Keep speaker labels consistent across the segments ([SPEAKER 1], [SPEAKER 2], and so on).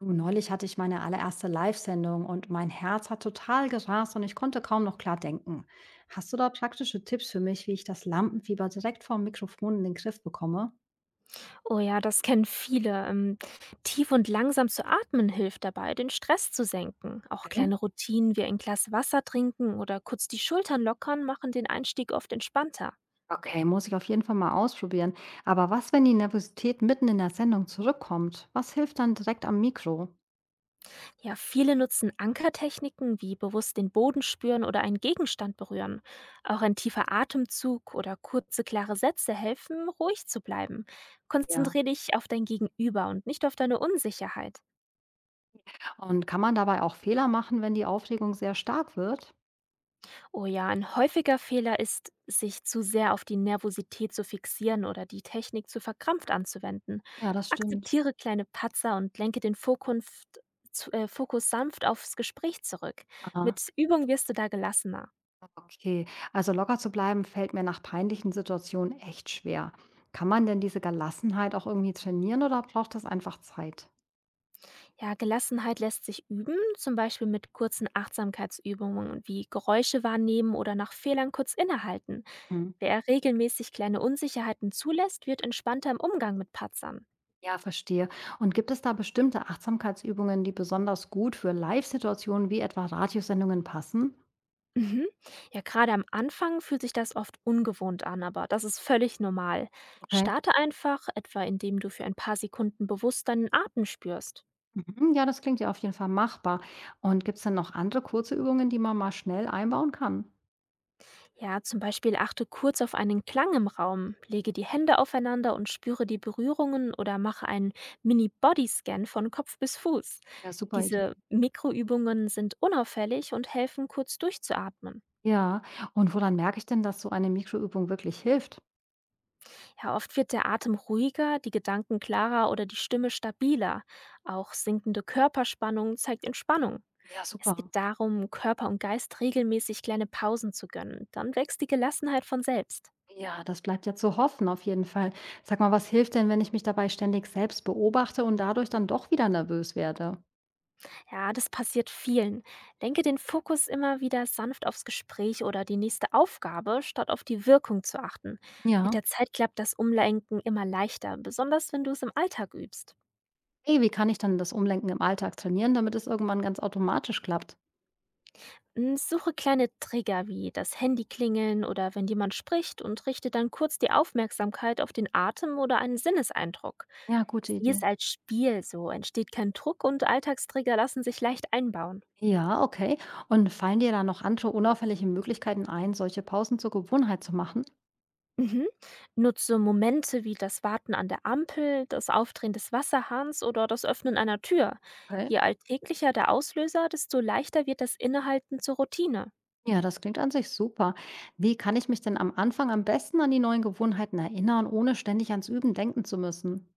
[SPEAKER 1] Du, neulich hatte ich meine allererste Live-Sendung und mein Herz hat total gerast und ich konnte kaum noch klar denken. Hast du da praktische Tipps für mich, wie ich das Lampenfieber direkt vorm Mikrofon in den Griff bekomme?
[SPEAKER 2] Oh ja, das kennen viele. Tief und langsam zu atmen hilft dabei, den Stress zu senken. Auch
[SPEAKER 1] Okay.
[SPEAKER 2] kleine Routinen wie ein Glas Wasser trinken oder kurz die Schultern lockern machen den Einstieg oft entspannter.
[SPEAKER 1] Okay, muss ich auf jeden Fall mal ausprobieren. Aber was, wenn die Nervosität mitten in der Sendung zurückkommt? Was hilft dann direkt am Mikro?
[SPEAKER 2] Ja, viele nutzen Ankertechniken wie bewusst den Boden spüren oder einen Gegenstand berühren. Auch ein tiefer Atemzug oder kurze, klare Sätze helfen, ruhig zu bleiben.
[SPEAKER 1] Ja.
[SPEAKER 2] Konzentriere dich auf dein Gegenüber und nicht auf deine Unsicherheit.
[SPEAKER 1] Und kann man dabei auch Fehler machen, wenn die Aufregung sehr stark wird?
[SPEAKER 2] Oh ja, ein häufiger Fehler ist, sich zu sehr auf die Nervosität zu fixieren oder die Technik zu verkrampft anzuwenden.
[SPEAKER 1] Ja, das stimmt.
[SPEAKER 2] Akzeptiere kleine Patzer und lenke den Fokus, Fokus sanft aufs Gespräch zurück.
[SPEAKER 1] Aha.
[SPEAKER 2] Mit Übung wirst du da gelassener.
[SPEAKER 1] Okay, also locker zu bleiben fällt mir nach peinlichen Situationen echt schwer. Kann man denn diese Gelassenheit auch irgendwie trainieren oder braucht das einfach Zeit?
[SPEAKER 2] Ja, Gelassenheit lässt sich üben, zum Beispiel mit kurzen Achtsamkeitsübungen wie Geräusche wahrnehmen oder nach Fehlern kurz innehalten.
[SPEAKER 1] Hm.
[SPEAKER 2] Wer regelmäßig kleine Unsicherheiten zulässt, wird entspannter im Umgang mit Patzern.
[SPEAKER 1] Ja, verstehe. Und gibt es da bestimmte Achtsamkeitsübungen, die besonders gut für Live-Situationen wie etwa Radiosendungen passen?
[SPEAKER 2] Mhm. Ja, gerade am Anfang fühlt sich das oft ungewohnt an, aber das ist völlig normal.
[SPEAKER 1] Okay.
[SPEAKER 2] Starte einfach, etwa indem du für ein paar Sekunden bewusst deinen Atem spürst.
[SPEAKER 1] Mhm. Ja, das klingt ja auf jeden Fall machbar. Und gibt es denn noch andere kurze Übungen, die man mal schnell einbauen kann?
[SPEAKER 2] Ja, zum Beispiel achte kurz auf einen Klang im Raum, lege die Hände aufeinander und spüre die Berührungen oder mache einen Mini-Body-Scan von Kopf bis Fuß.
[SPEAKER 1] Ja, super Idee.
[SPEAKER 2] Diese Mikroübungen sind unauffällig und helfen kurz durchzuatmen.
[SPEAKER 1] Ja, und woran merke ich denn, dass so eine Mikroübung wirklich hilft?
[SPEAKER 2] Ja, oft wird der Atem ruhiger, die Gedanken klarer oder die Stimme stabiler. Auch sinkende Körperspannung zeigt Entspannung.
[SPEAKER 1] Ja,
[SPEAKER 2] Es geht
[SPEAKER 1] super.
[SPEAKER 2] darum, Körper und Geist regelmäßig kleine Pausen zu gönnen. Dann wächst die Gelassenheit von selbst.
[SPEAKER 1] Ja, das bleibt ja zu hoffen, auf jeden Fall. Sag mal, was hilft denn, wenn ich mich dabei ständig selbst beobachte und dadurch dann doch wieder nervös werde?
[SPEAKER 2] Ja, das passiert vielen. Lenke den Fokus immer wieder sanft aufs Gespräch oder die nächste Aufgabe, statt auf die Wirkung zu achten. Mit
[SPEAKER 1] Ja.
[SPEAKER 2] der Zeit klappt das Umlenken immer leichter, besonders wenn du es im Alltag übst.
[SPEAKER 1] Hey, wie kann ich dann das Umlenken im Alltag trainieren, damit es irgendwann ganz automatisch klappt?
[SPEAKER 2] Hm, suche kleine Trigger wie das Handy klingeln oder wenn jemand spricht und richte dann kurz die Aufmerksamkeit auf den Atem oder einen Sinneseindruck.
[SPEAKER 1] Ja, gute
[SPEAKER 2] Sieh es
[SPEAKER 1] Idee.
[SPEAKER 2] als Spiel, so entsteht kein Druck und Alltagstrigger lassen sich leicht einbauen.
[SPEAKER 1] Ja, okay. Und fallen dir da noch andere unauffällige Möglichkeiten ein, solche Pausen zur Gewohnheit zu machen?
[SPEAKER 2] Mhm. Nutze Momente wie das Warten an der Ampel, das Aufdrehen des Wasserhahns oder das Öffnen einer Tür.
[SPEAKER 1] Okay.
[SPEAKER 2] Je alltäglicher der Auslöser, desto leichter wird das Innehalten zur Routine.
[SPEAKER 1] Ja, das klingt an sich super. Wie kann ich mich denn am Anfang am besten an die neuen Gewohnheiten erinnern, ohne ständig ans Üben denken zu müssen?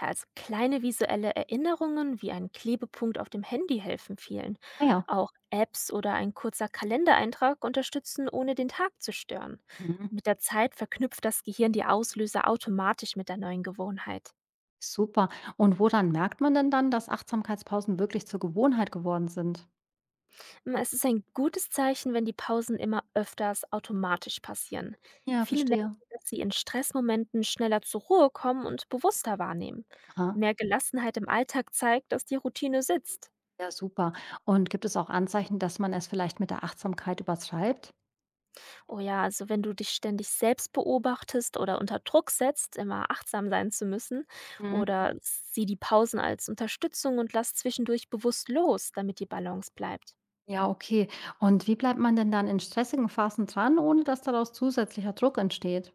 [SPEAKER 2] Ja, also kleine visuelle Erinnerungen wie ein Klebepunkt auf dem Handy helfen vielen.
[SPEAKER 1] Naja.
[SPEAKER 2] Auch Apps oder ein kurzer Kalendereintrag unterstützen, ohne den Tag zu stören. Mit der Zeit verknüpft das Gehirn die Auslöser automatisch mit der neuen Gewohnheit.
[SPEAKER 1] Super. Und woran merkt man denn dann, dass Achtsamkeitspausen wirklich zur Gewohnheit geworden sind?
[SPEAKER 2] Es ist ein gutes Zeichen, wenn die Pausen immer öfters automatisch passieren.
[SPEAKER 1] Ja,
[SPEAKER 2] Viele merken,
[SPEAKER 1] verstehe.
[SPEAKER 2] dass sie in Stressmomenten schneller zur Ruhe kommen und bewusster wahrnehmen.
[SPEAKER 1] Aha.
[SPEAKER 2] Mehr Gelassenheit im Alltag zeigt, dass die Routine sitzt.
[SPEAKER 1] Ja, super. Und gibt es auch Anzeichen, dass man es vielleicht mit der Achtsamkeit übertreibt?
[SPEAKER 2] Oh ja, also wenn du dich ständig selbst beobachtest oder unter Druck setzt, immer achtsam sein zu müssen,
[SPEAKER 1] Mhm.
[SPEAKER 2] oder sieh die Pausen als Unterstützung und lass zwischendurch bewusst los, damit die Balance bleibt.
[SPEAKER 1] Ja, okay. Und wie bleibt man denn dann in stressigen Phasen dran, ohne dass daraus zusätzlicher Druck entsteht?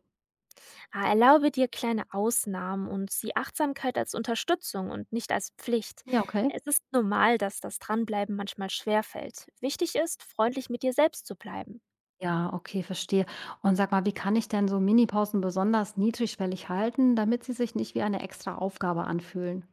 [SPEAKER 2] Erlaube dir kleine Ausnahmen und sieh Achtsamkeit als Unterstützung und nicht als Pflicht.
[SPEAKER 1] Ja, okay.
[SPEAKER 2] Es ist normal, dass das Dranbleiben manchmal schwerfällt. Wichtig ist, freundlich mit dir selbst zu bleiben.
[SPEAKER 1] Ja, okay, verstehe. Und sag mal, wie kann ich denn so Minipausen besonders niedrigschwellig halten, damit sie sich nicht wie eine extra Aufgabe anfühlen?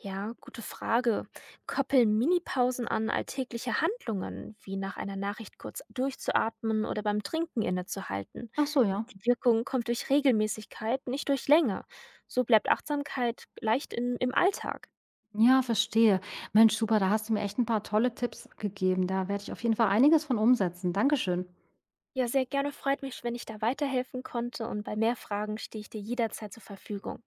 [SPEAKER 2] Ja, gute Frage. Koppeln Minipausen an alltägliche Handlungen, wie nach einer Nachricht kurz durchzuatmen oder beim Trinken innezuhalten.
[SPEAKER 1] Ach so, ja.
[SPEAKER 2] Die Wirkung kommt durch Regelmäßigkeit, nicht durch Länge. So bleibt Achtsamkeit leicht im Alltag.
[SPEAKER 1] Ja, verstehe. Mensch, super, da hast du mir echt ein paar tolle Tipps gegeben. Da werde ich auf jeden Fall einiges von umsetzen. Dankeschön.
[SPEAKER 2] Ja, sehr gerne, freut mich, wenn ich da weiterhelfen konnte, und bei mehr Fragen stehe ich dir jederzeit zur Verfügung.